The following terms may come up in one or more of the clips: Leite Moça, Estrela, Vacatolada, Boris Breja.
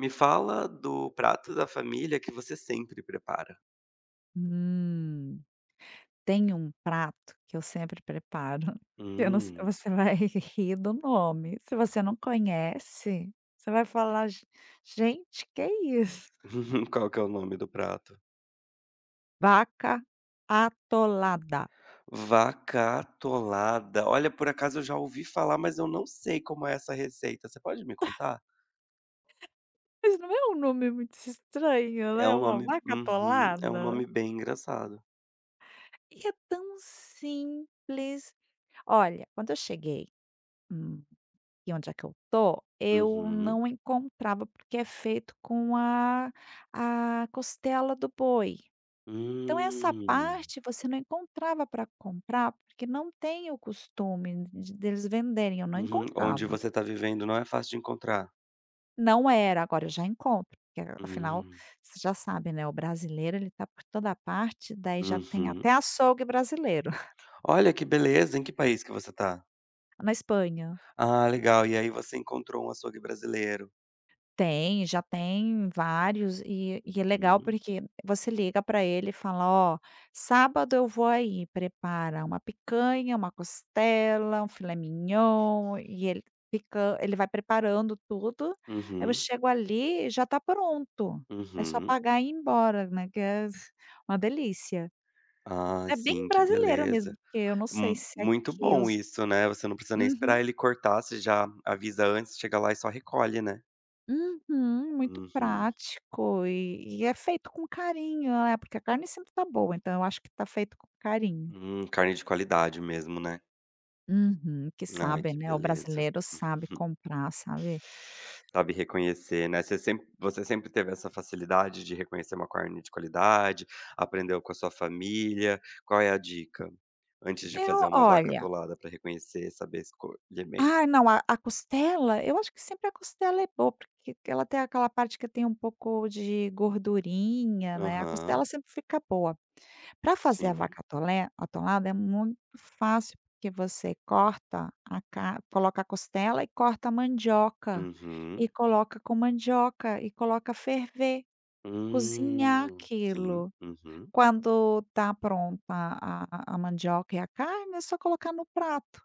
Me fala do prato da família que você sempre prepara. Hum, Tem um prato que eu sempre preparo, que eu não sei Hum. você vai rir do nome, se você não conhece, você vai falar: "Ge gente, que isso? Qual que é o nome do prato? Vaca atolada." Vacatolada. Olha, por acaso eu já ouvi falar, mas eu não sei como é essa receita. Você pode me contar? Mas não é um nome muito estranho, É né, é um uma nome, vaca uhum, é um atolada? nome bem engraçado. E é tão simples. Olha, quando eu cheguei hum E onde é que eu tô, eu Uhum. não encontrava, porque é feito com a costela do boi. Então essa Hum. parte você não encontrava para comprar, porque não tem o costume de deles venderem, eu não Uhum. Onde encontrava. você está vivendo não é fácil de encontrar. Não era, agora eu já encontro, porque afinal, Hum. você já sabe, né, o brasileiro ele tá por toda parte, daí já tem Uhum. até açougue brasileiro Olha que beleza, em que país que você tá? na Espanha. Ah, legal. E aí você encontrou um açougue brasileiro. Tem, já tem vários e é legal porque você liga para ele e fala: "Ó, sábado eu vou aí, prepara uma picanha, uma costela, um filé mignon", e ele fica ele vai preparando tudo, aí eu Uhum, chego ali e já tá pronto, é só uhum. pagar e ir embora, né, que é uma delícia. Ah, É bem sim, que brasileiro mesmo, beleza. porque eu não sei Mu se muito aqui bom os. isso, né, você não precisa nem Uhum. esperar ele cortar, você já avisa antes, chega lá e só recolhe, né. Uhum, muito Uhum. prático e é feito com carinho, né, porque a carne sempre tá boa, então eu acho que tá feito com carinho. Carne de qualidade mesmo, né. Uhum, que Ai, sabe, que né, o beleza. brasileiro Hum. sabe comprar, sabe. Sabe reconhecer, né. Você sempre teve essa facilidade de reconhecer uma carne de qualidade, aprendeu com a sua família, qual é a dica? Antes de fazer Eu uma vaca olha, atolada para reconhecer, saber escolher bem. ah, não, a costela, eu acho que sempre a costela é boa, porque ela tem aquela parte que tem um pouco de gordurinha, né, a costela Aham, sempre fica boa. Para fazer a sim. vaca atolé atolada é muito fácil, porque você corta a ca coloca a costela e corta a mandioca, e Uhum. coloca com mandioca, e coloca ferver, cozinhar Sim. aquilo. Uhum. Quando tá pronta a a mandioca e a carne, é só colocar no prato.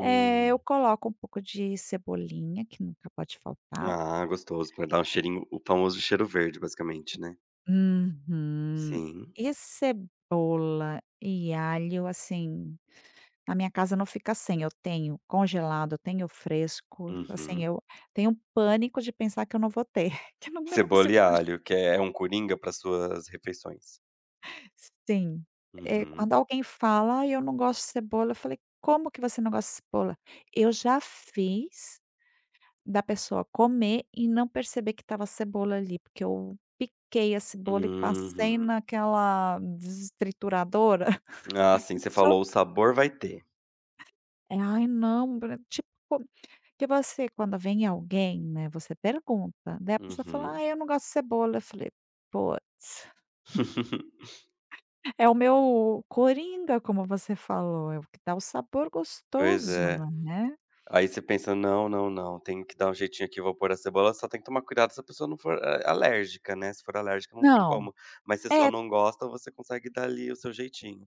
Eu coloco um pouco de cebolinha, que nunca pode faltar. Ah, gostoso, pra dar um cheirinho, o famoso cheiro verde, basicamente, né. Uhum. Sim. E cebola e alho, assim. A minha casa não fica sem, eu tenho congelado, eu tenho fresco, assim, Uhum. eu tenho um pânico de pensar que eu não vou ter, que eu não Cebola consigo e conge alho, que é um coringa para suas refeições. Sim. Quando Uhum. alguém fala: "Ai, eu não gosto de cebola", eu falei: "Como que você não gosta de cebola?". Eu já fiz da pessoa comer e não perceber que estava cebola ali, porque eu piquei a cebola e passei Uhum. naquela trituradora. Ah, sim, você Só falou: "O sabor vai ter". é, ai, não, Bruna, tipo que você, quando vem alguém, né, você pergunta, daí a pessoa fala: Uhum. "Ah, eu não gosto de cebola". Eu falei: "Puts, é o meu coringa", como você falou, é o que dá o sabor Pois gostoso, é. né. Aí você pensa: "Não, não, não, tenho que dar um jeitinho aqui, vou pôr a cebola", só tem que tomar cuidado se a pessoa não for a alérgica, né, se for alérgica não tem Não. como, mas se só É, não gosta, você consegue dar ali o seu jeitinho.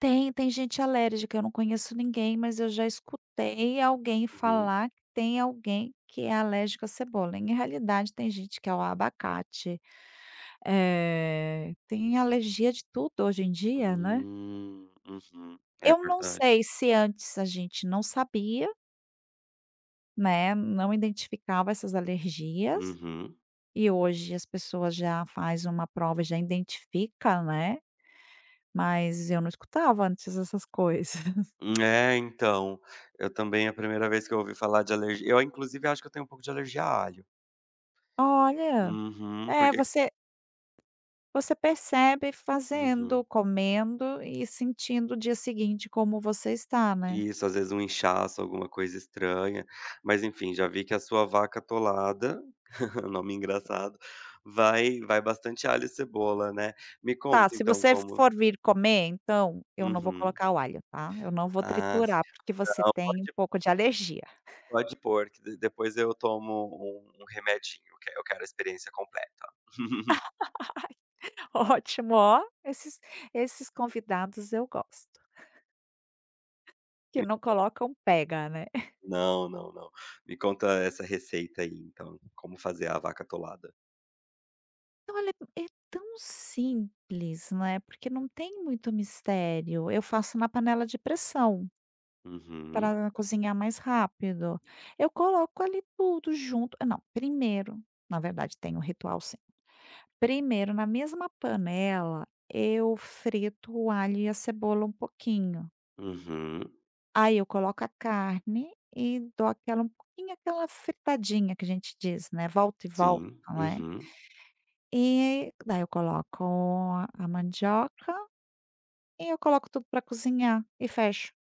tem gente alérgica, eu não conheço ninguém, mas eu já escutei alguém Uhum. falar que tem alguém que é alérgico à cebola. Em realidade, tem gente que é ao abacate, tem alergia de tudo hoje em dia, né. Uhum. É Eu não verdade. sei se antes a gente não sabia, né, não identificava essas alergias, Uhum. e hoje as pessoas já faz uma prova e já identifica, né, mas eu não escutava antes essas coisas. É, então, eu também é a primeira vez que eu ouvi falar de alergia, eu inclusive acho que eu tenho um pouco de alergia a alho. Olha, Uhum, é porque você você percebe fazendo, uhum. comendo e sentindo o dia seguinte como você está, né. Isso, às vezes um inchaço, alguma coisa estranha, mas enfim, já vi que a sua vaca atolada, nome engraçado, vai bastante alho e cebola, né. Me Tá, conta se então você como for vir comer então, eu não vou uhum. colocar o alho, tá, eu não vou Ah, sim. triturar porque você Não, tem um pode pouco de alergia. pode pôr que de depois eu tomo um remedinho, eu quero a experiência completa. Ótimo, ó, esses convidados eu gosto, que não colocam pega, né. Não, não, não. Me conta essa receita aí então, como fazer a vaca atolada. Olha, é tão simples, né, porque não tem muito mistério, eu faço na panela de pressão, Uhum, para cozinhar mais rápido. Eu coloco ali tudo junto. Ah, não, primeiro, na verdade tem um ritual sim. Primeiro, na mesma panela, eu frito o alho e a cebola um pouquinho. uhum, Aí eu coloco a carne e dou aquela um pouquinho aquela fritadinha que a gente diz, né, volta e volta, sim, né. uhum, E daí eu coloco a mandioca e eu coloco tudo para cozinhar e fecho.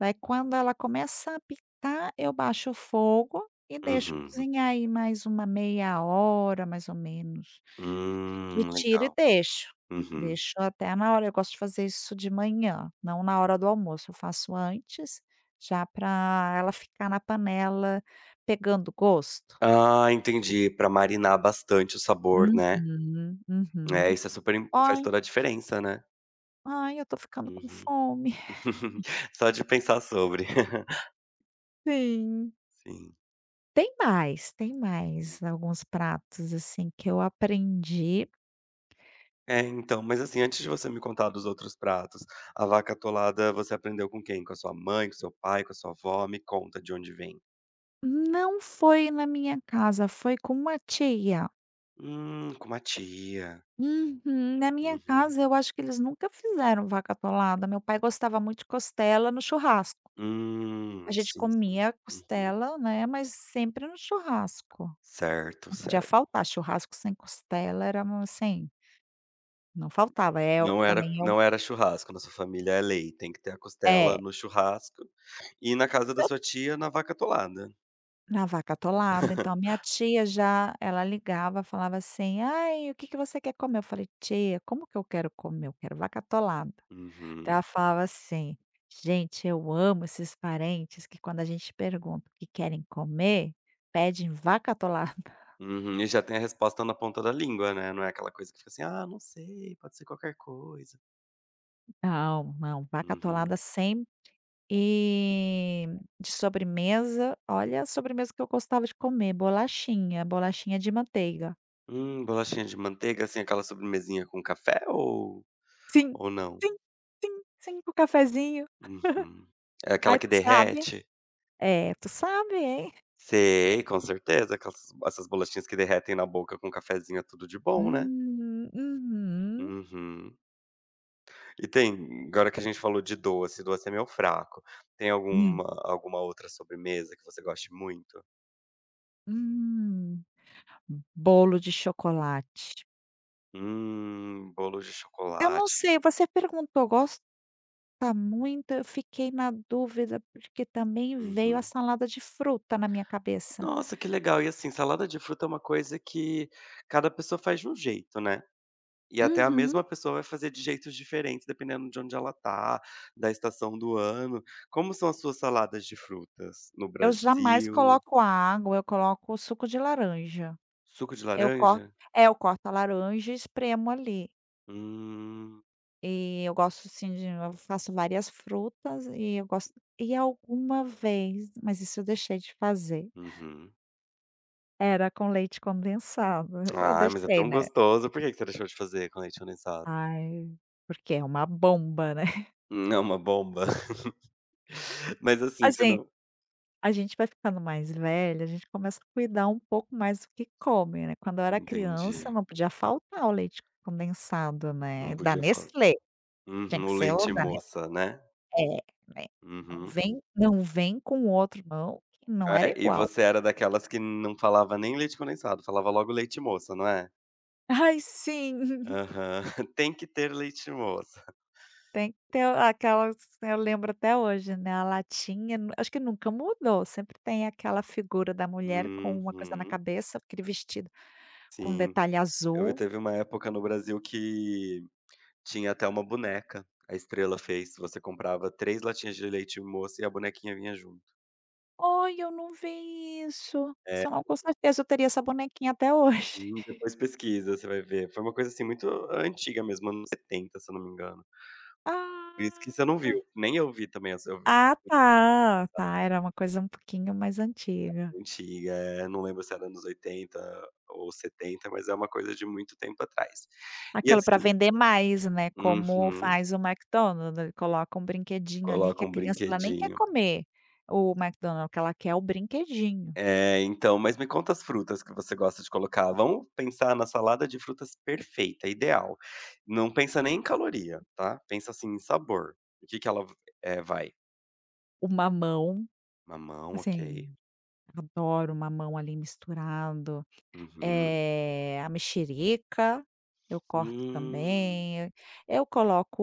Daí quando ela começa a pitar, eu baixo o fogo e deixo uhum. cozinhar aí mais uma meia hora, mais ou menos. E tiro e Legal. deixo. Uhum. Deixo até na hora eu gosto de fazer isso de manhã, não na hora do almoço, eu faço antes, já para ela ficar na panela pegando gosto. Ah, entendi, pra marinar bastante o sabor, né. Uhum, É, uhum. isso é super im faz "Ai, toda a diferença, né. ai, eu tô ficando com Uhum. fome". Só de pensar sobre. Sim. Sim. Tem mais alguns pratos, assim, que eu aprendi. É, então, mas assim, antes de você me contar dos outros pratos, a vaca atolada você aprendeu com quem? Com a sua mãe, com seu pai, com a sua avó? Me conta de onde vem. Não foi na minha casa, foi com uma tia. Com uma tia. Uhum. Na minha Uhum. casa, eu acho que eles nunca fizeram vaca atolada. Meu pai gostava muito de costela no churrasco. A gente Sim, sim. comia Uhum. costela, né, mas sempre no churrasco. Certo, Não podia certo. faltar, churrasco sem costela era um assim, não faltava. É o Não era também é um não era churrasco, na sua família é lei, tem que ter a é. costela no churrasco e na casa Se da eu sua tia na vaca atolada. na vaca atolada, então a minha tia já ela ligava, falava assim: "Ai, o que que você quer comer?" Eu falei: "Tia, como que eu quero comer? Eu quero vaca atolada". Então, ela Uhum, falava assim: "Gente, eu amo esses parentes que quando a gente pergunta o que querem comer, pedem vaca atolada". uhum. E já tem a resposta na ponta da língua, né, não é aquela coisa que fica assim: "Ah, não sei, pode ser qualquer coisa". Não, não, vaca atolada Uhum. sem e de sobremesa, olha a sobremesa que eu gostava de comer, bolachinha, bolachinha de manteiga. Bolachinha de manteiga, assim, aquela sobremesinha com café Sim, ou não? sim, sim, sim, com cafezinho. Uhum. É aquela Aí que derrete? Tu sabe, hein. Sei, com certeza, aquelas essas bolachinhas que derretem na boca com um cafezinho é tudo de bom, né. Uhum, Uhum. E tem agora que a gente falou de doce, doce é meu fraco. Tem hum, alguma outra sobremesa que você goste muito? hum. Bolo de chocolate. Bolo de Eu não chocolate. sei, você perguntou: "Gosta muito?" Eu fiquei na dúvida, porque também veio a Uhum. salada de fruta na minha cabeça. Nossa, que legal. E assim, salada de fruta é uma coisa que cada pessoa faz de um jeito, né. E até a Uhum. mesma pessoa vai fazer de jeitos diferentes, dependendo de onde ela tá, da estação do ano. Como são as suas saladas de frutas no Eu jamais Brasil? coloco água, eu coloco suco de laranja. Suco de Eu corto laranja? Eu corto a laranja e espremo ali. Hum. E eu gosto, assim, de eu faço várias frutas e eu gosto e alguma vez, mas isso eu deixei de fazer, Uhum. era com leite condensado. Eu Ai, mas é deixei, tão né. gostoso. Por que que você deixou de fazer com leite condensado? Ai, porque é uma bomba, né. É uma bomba. Mas assim, se Assim, não a gente vai ficando mais velha, a gente começa a cuidar um pouco mais do que come, né. Quando eu era criança, entendi. não podia faltar o leite condensado, Não né, da podia faltar. Nestlé, tinha Uhum, que o ser o leite da Nes moça, né? é, né. Não Uhum. vem não vem com outro não, que não era É, e igual. você era daquelas que não falava nem leite condensado, falava logo leite moça, não é? Ai sim, Aham. Tem que ter leite moça. tem que ter aquelas eu lembro até hoje, né, a latinha, acho que nunca mudou, sempre tem aquela figura da mulher com uma coisa na Uhum, cabeça, aquele vestido com sim. detalhe Eu vi, azul. teve uma época no Brasil que tinha até uma boneca, a Estrela fez. Você comprava 3 latinhas de leite moça e a bonequinha vinha junto. Olha, eu não vi isso. É. Senão, com certeza, eu teria essa bonequinha até hoje. Depois pesquisa, você vai ver. Foi uma coisa, assim, muito antiga mesmo, anos 70, se eu não me engano. Por isso que Ah. você não viu. Nem eu vi também, essa eu vi Ah, tá, tá, era uma coisa um pouquinho mais antiga. antiga, não lembro se era anos 80 ou 70, mas é uma coisa de muito tempo atrás. E Aquela para assim vender mais, né, como uhum, faz o McDonald's, ele coloca um brinquedinho ali que coloca a um criança ela nem quer brinquedinho. comer o McDonald's, que ela quer o brinquedinho. É, então, mas me conta as frutas que você gosta de colocar. Vamos pensar na salada de frutas perfeita, ideal. Não pensa nem em caloria, tá, pensa, assim, em sabor. O que que ela v vai? O mamão, Mamão, ok. assim, adoro o mamão ali misturado. Uhum. A mexerica, eu corto Hum. também. Eu coloco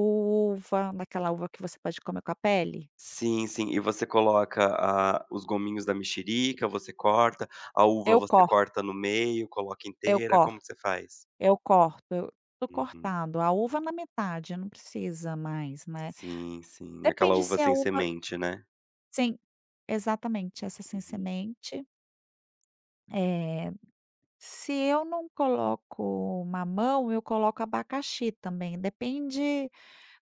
uva, naquela uva que você pode comer com a pele. Sim, sim. E você coloca a os gominhos da mexerica, você corta, a uva Eu você corto, corta no meio, coloca eu inteira, como corto, que você faz? eu corto, eu tô Uhum. cortando a uva na metade, não precisa mais, né. Sim, sim. Aquela Depende uva se a sem uva semente, né? sim, exatamente, essa sem Uhum. semente. Eh, Se eu não coloco mamão, eu coloco abacaxi também, depende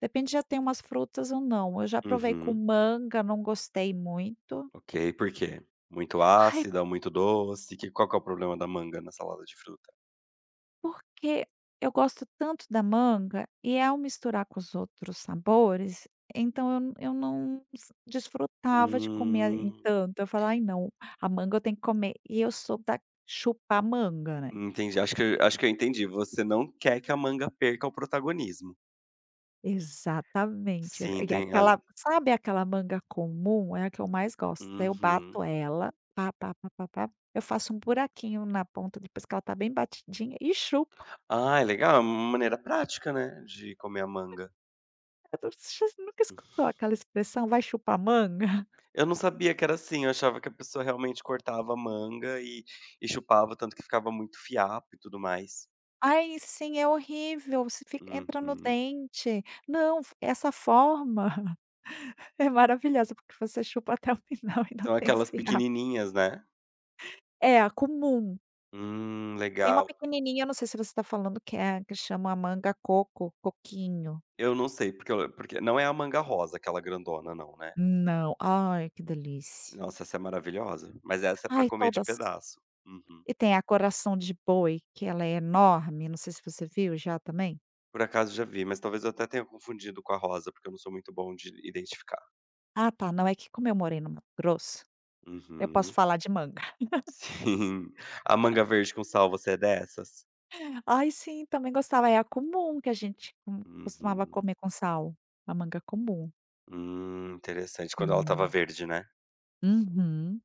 Depende, Já tem umas frutas ou não. Eu já provei com Uhum. manga, não gostei muito. Ok, por quê? Muito Ai, ácida, muito doce? Que qual que é o problema da manga na salada de fruta? porque eu gosto tanto da manga e é ao misturar com os outros sabores, então eu n eu não s desfrutava de comer, assim, Hum, tanto. Eu falava: "Ai não, a manga eu tenho que comer", e eu sou da chupar manga, né. entendi. Acho que eu entendi. Você não quer que a manga perca o protagonismo. Exatamente. Sim, E tem a aquela sabe aquela manga comum? É a que eu mais gosto. Daí eu bato uhum. ela, pá, pá, pá, pá, pá, eu faço um buraquinho na ponta depois que ela tá bem batidinha e chupo. Ah, é legal, é uma maneira prática, né, de comer a manga. Eu não- Você nunca escutou aquela expressão "vai chupar manga"? Eu não sabia que era assim, eu achava que a pessoa realmente cortava a manga e chupava, tanto que ficava muito fiapo e tudo mais. Ai, sim, é horrível, você fica entra no Uhum. dente. Não, essa forma é maravilhosa, porque você chupa até o final e não São tem os aquelas fiapos. pequenininhas, né? É, a comum. Tem uma Legal. pequenininha, eu não sei se você está falando que é que chama manga coco, coquinho. Eu não sei, porque eu porque não é a manga rosa, aquela grandona não, né? Não. Ai, que delícia. Nossa, essa é maravilhosa, mas essa é pra Ai, comer de todas. pedaço. Uhum. E tem a coração de boi, que ela é enorme, não sei se você viu já também? Por acaso já vi, mas talvez eu até tenha confundido com a rosa, porque eu não sou muito bom de identificar. Ah, tá, não, é que como eu morei no Mato Grosso, eu posso Uhum. falar de manga. Sim. A manga verde com sal, você é dessas? Ai, sim, também gostava, é a comum que a gente co costumava Uhum. comer com sal, a manga comum. Interessante. Quando ela estava Hum. verde, né. Uhum.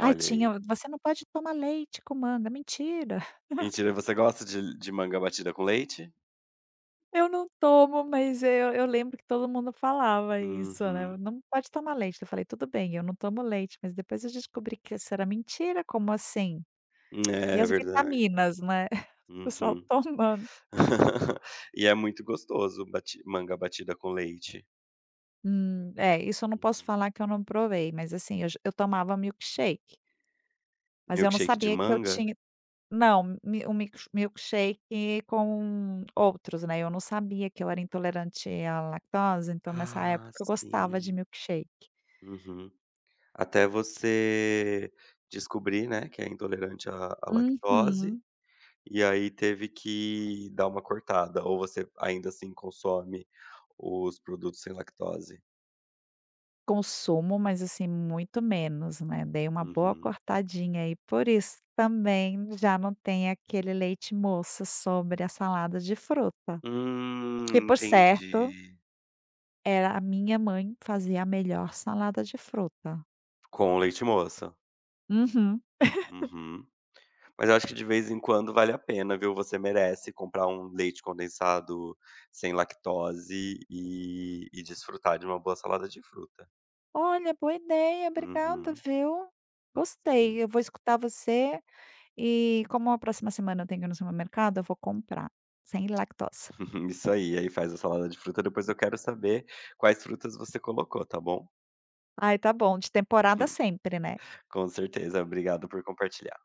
Ai, aí. tinha você não pode tomar leite com manga, mentira. Mentira, você gosta de manga batida com leite? Eu não tomo, mas eu lembro que todo mundo falava isso, né. Uhum. "Não pode tomar leite". Eu falei: "Tudo bem, eu não tomo leite", mas depois eu descobri que isso era mentira, como assim? E É as verdade. vitaminas, né, o pessoal Uhum. tomando. E é muito gostoso bati manga batida com leite. É, isso eu não posso Uhum. falar que eu não provei, mas assim, eu tomava milkshake, mas eu não Milkshake de sabia que eu manga? tinha não, mi o milk milkshake com outros, né, eu não sabia que eu era intolerante à lactose, então nessa Ah, época eu gostava de sim. milkshake. Uhum. Até você descobrir, né, que é intolerante à lactose. Uhum. E aí teve que dar uma cortada, ou você ainda assim consome os produtos sem lactose? Consumo, mas assim, muito menos, né, dei uma boa Uhum. cortadinha aí, por isso também já não tem aquele leite moça sobre a salada de fruta, que por certo, Entendi. era a minha mãe fazia a melhor salada de fruta. Com leite moça. Uhum. Uhum. Mas eu acho que de vez em quando vale a pena, viu, você merece comprar um leite condensado sem lactose e desfrutar de uma boa salada de fruta. Olha, boa ideia, obrigada, Uhum, viu. sim. Gostei, eu vou escutar você e como a próxima semana eu tenho que ir no supermercado, eu vou comprar, sem lactose. Isso aí, aí faz a salada de fruta, depois eu quero saber quais frutas você colocou, tá bom? Ai, tá bom, de temporada sempre, né. Com certeza, obrigado por compartilhar.